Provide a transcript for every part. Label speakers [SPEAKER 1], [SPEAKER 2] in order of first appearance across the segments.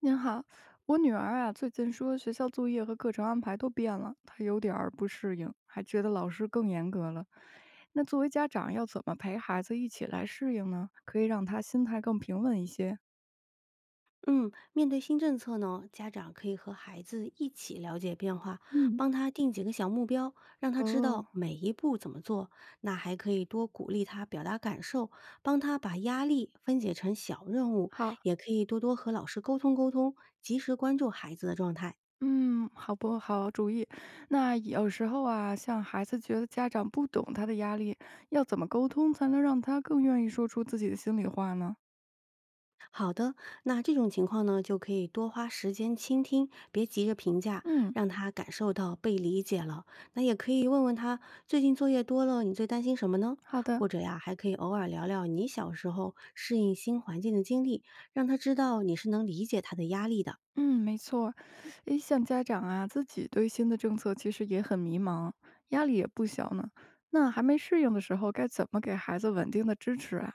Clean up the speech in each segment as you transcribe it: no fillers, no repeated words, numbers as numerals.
[SPEAKER 1] 您好，我女儿啊，最近说学校作业和课程安排都变了，她有点儿不适应，还觉得老师更严格了。那作为家长，要怎么陪孩子一起来适应呢？可以让她心态更平稳一些。
[SPEAKER 2] 嗯，面对新政策呢，家长可以和孩子一起了解变化，
[SPEAKER 1] 嗯，
[SPEAKER 2] 帮他定几个小目标，让他知
[SPEAKER 1] 哦，
[SPEAKER 2] 道每一步怎么做。那还可以多鼓励他表达感受，帮他把压力分解成小任务，
[SPEAKER 1] 好，
[SPEAKER 2] 也可以多多和老师沟通沟通，及时关注孩子的状态。
[SPEAKER 1] 嗯，好不好主意？那有时候啊，像孩子觉得家长不懂他的压力，要怎么沟通才能让他更愿意说出自己的心里话呢？
[SPEAKER 2] 好的，那这种情况呢，就可以多花时间倾听，别急着评价，
[SPEAKER 1] 嗯，
[SPEAKER 2] 让他感受到被理解了。那也可以问问他，最近作业多了，你最担心什么呢？
[SPEAKER 1] 好的。
[SPEAKER 2] 或者呀，还可以偶尔聊聊你小时候适应新环境的经历，让他知道你是能理解他的压力的。
[SPEAKER 1] 嗯，没错儿。诶，像家长啊，自己对新的政策其实也很迷茫，压力也不小呢。那还没适应的时候，该怎么给孩子稳定的支持啊？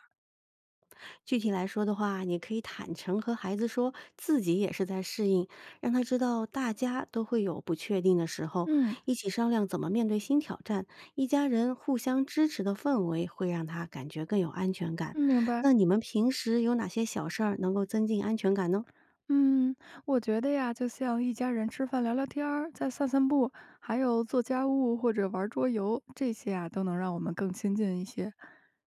[SPEAKER 2] 具体来说的话，你可以坦诚和孩子说自己也是在适应，让他知道大家都会有不确定的时候，
[SPEAKER 1] 嗯，
[SPEAKER 2] 一起商量怎么面对新挑战。一家人互相支持的氛围会让他感觉更有安全感。
[SPEAKER 1] 嗯明白。
[SPEAKER 2] 那你们平时有哪些小事儿能够增进安全感呢？
[SPEAKER 1] 嗯，我觉得呀，就像一家人吃饭聊聊天儿，再散散步，还有做家务或者玩桌游，这些啊都能让我们更亲近一些。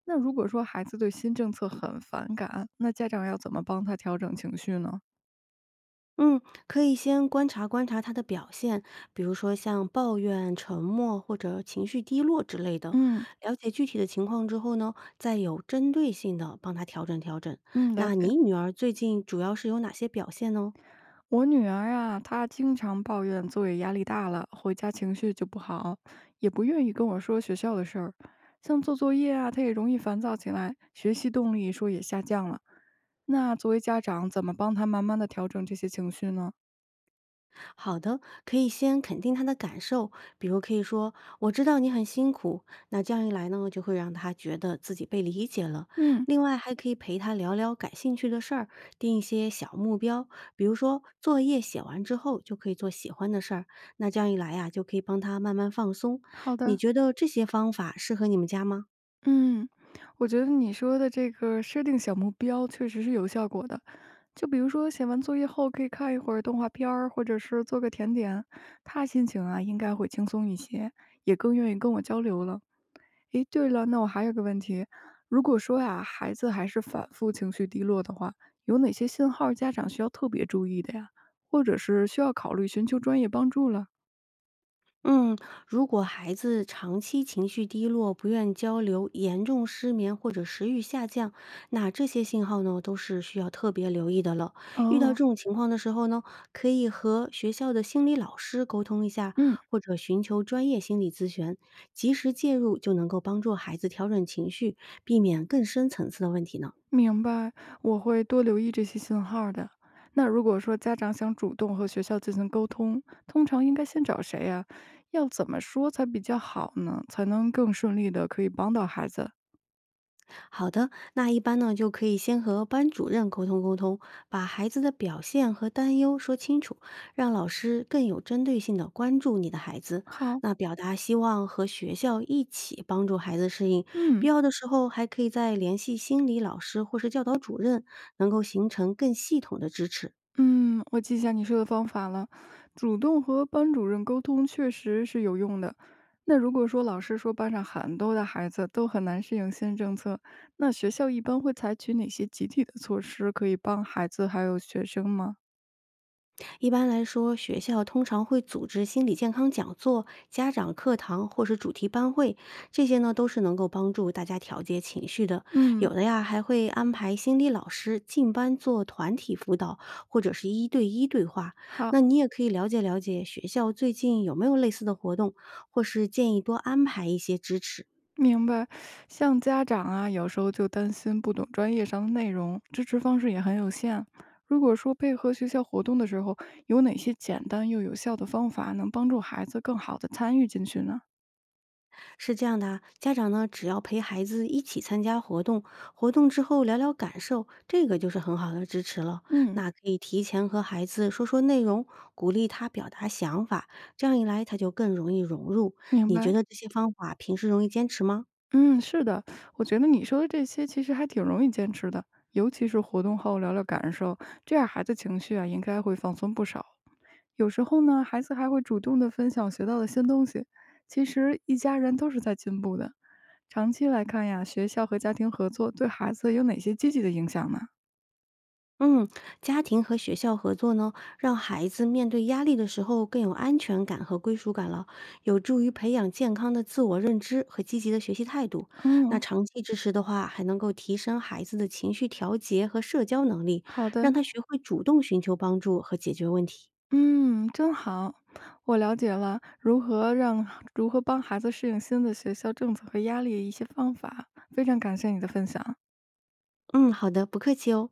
[SPEAKER 1] 那如果说孩子对新政策很反感，那家长要怎么帮他调整情绪呢？
[SPEAKER 2] 嗯，可以先观察观察他的表现，比如说像抱怨、沉默或者情绪低落之类的。
[SPEAKER 1] 嗯
[SPEAKER 2] 了解具体的情况之后呢，再有针对性的帮他调整调整。
[SPEAKER 1] 嗯，了
[SPEAKER 2] 那
[SPEAKER 1] 解。
[SPEAKER 2] 你女儿最近主要是有哪些表现呢？
[SPEAKER 1] 我女儿啊，她经常抱怨作业压力大了，回家情绪就不好，也不愿意跟我说学校的事儿。像做作业啊，她也容易烦躁起来，学习动力说也下降了。那作为家长，怎么帮她慢慢的调整这些情绪呢？
[SPEAKER 2] 好的，可以先肯定他的感受，比如可以说：“我知道你很辛苦。”那这样一来呢，就会让他觉得自己被理解了。
[SPEAKER 1] 嗯，
[SPEAKER 2] 另外，还可以陪他聊聊感兴趣的事儿，定一些小目标，比如说作业写完之后就可以做喜欢的事儿。那这样一来呀、就可以帮他慢慢放松。
[SPEAKER 1] 好
[SPEAKER 2] 你
[SPEAKER 1] 的，
[SPEAKER 2] 觉得这些方法适合你们家吗？
[SPEAKER 1] 嗯，我觉得你说的这个设定小目标确实是有效果的。就比如说写完作业后可以看一会儿动画片儿，或者是做个甜点，他心情啊应该会轻松一些，也更愿意跟我交流了。诶，对了，那我还有个问题，如果说呀，孩子还是反复情绪低落的话，有哪些信号家长需要特别注意的呀？或者是需要考虑寻求专业帮助了？
[SPEAKER 2] 嗯，如果孩子长期情绪低落、不愿交流、严重失眠或者食欲下降，那这些信号呢，都是需要特别留意的了。遇到这
[SPEAKER 1] 哦，
[SPEAKER 2] 种情况的时候呢，可以和学校的心理老师沟通一下，
[SPEAKER 1] 嗯。
[SPEAKER 2] 或者寻求专业心理咨询，及时介入就能够帮助孩子调整情绪，避免更深层次的问题呢。
[SPEAKER 1] 明白，我会多留意这些信号儿的。那如果说家长想主动和学校进行沟通，通常应该先找谁呀、要怎么说才比较好呢？才能更顺利的可以帮到孩子？
[SPEAKER 2] 好的，那一般呢就可以先和班主任沟通沟通，把孩子的表现和担忧说清楚，让老师更有针对性的关注你的孩子。
[SPEAKER 1] 好，
[SPEAKER 2] 那表达希望和学校一起帮助孩子适应，必
[SPEAKER 1] 嗯
[SPEAKER 2] 要的时候还可以再联系心理老师或是教导主任，能够形成更系统的支持。
[SPEAKER 1] 嗯，我记下你说的方法了。主动和班主任沟通确实是有用的。那如果说老师说班上很多的孩子都很难适应新政策，那学校一般会采取哪些集体的措施可以帮孩子还有学生吗？
[SPEAKER 2] 一般来说，学校通常会组织心理健康讲座、家长课堂或是主题班会，这些呢都是能够帮助大家调节情绪的。有
[SPEAKER 1] 嗯。
[SPEAKER 2] 的呀，还会安排心理老师进班做团体辅导，或者是一对一对话。
[SPEAKER 1] 好，
[SPEAKER 2] 那你也可以了解了解学校最近有没有类似的活动，或是建议多安排一些支持。
[SPEAKER 1] 明白。像家长啊，有时候就担心不懂专业上的内容，支持方式也很有限。如果说配合学校活动的时候，有哪些简单又有效的方法能帮助孩子更好的参与进去呢？
[SPEAKER 2] 是这样的啊，家长呢，只要陪孩子一起参加活动，活动之后聊聊感受，这个就是很好的支持了。
[SPEAKER 1] 嗯，
[SPEAKER 2] 那可以提前和孩子说说内容，鼓励他表达想法，这样一来他就更容易融入。
[SPEAKER 1] 明
[SPEAKER 2] 你
[SPEAKER 1] 白。
[SPEAKER 2] 觉得这些方法平时容易坚持吗？
[SPEAKER 1] 嗯，是的，我觉得你说的这些其实还挺容易坚持的，尤其是活动后聊聊感受，这样孩子情绪啊应该会放松不少。有时候呢，孩子还会主动的分享学到的新东西，其实一家人都是在进步的。长期来看呀，学校和家庭合作对孩子有哪些积极的影响呢？
[SPEAKER 2] 嗯，家庭和学校合作呢，让孩子面对压力的时候更有安全感和归属感了，有助于培养健康的自我认知和积极的学习态度。那
[SPEAKER 1] 嗯，
[SPEAKER 2] 长期支持的话，还能够提升孩子的情绪调节和社交能力，
[SPEAKER 1] 好的，
[SPEAKER 2] 让他学会主动寻求帮助和解决问题。
[SPEAKER 1] 嗯，真好，我了解了如何帮孩子适应新的学校政策和压力的一些方法，非常感谢你的分享。
[SPEAKER 2] 嗯，好的，不客气哦。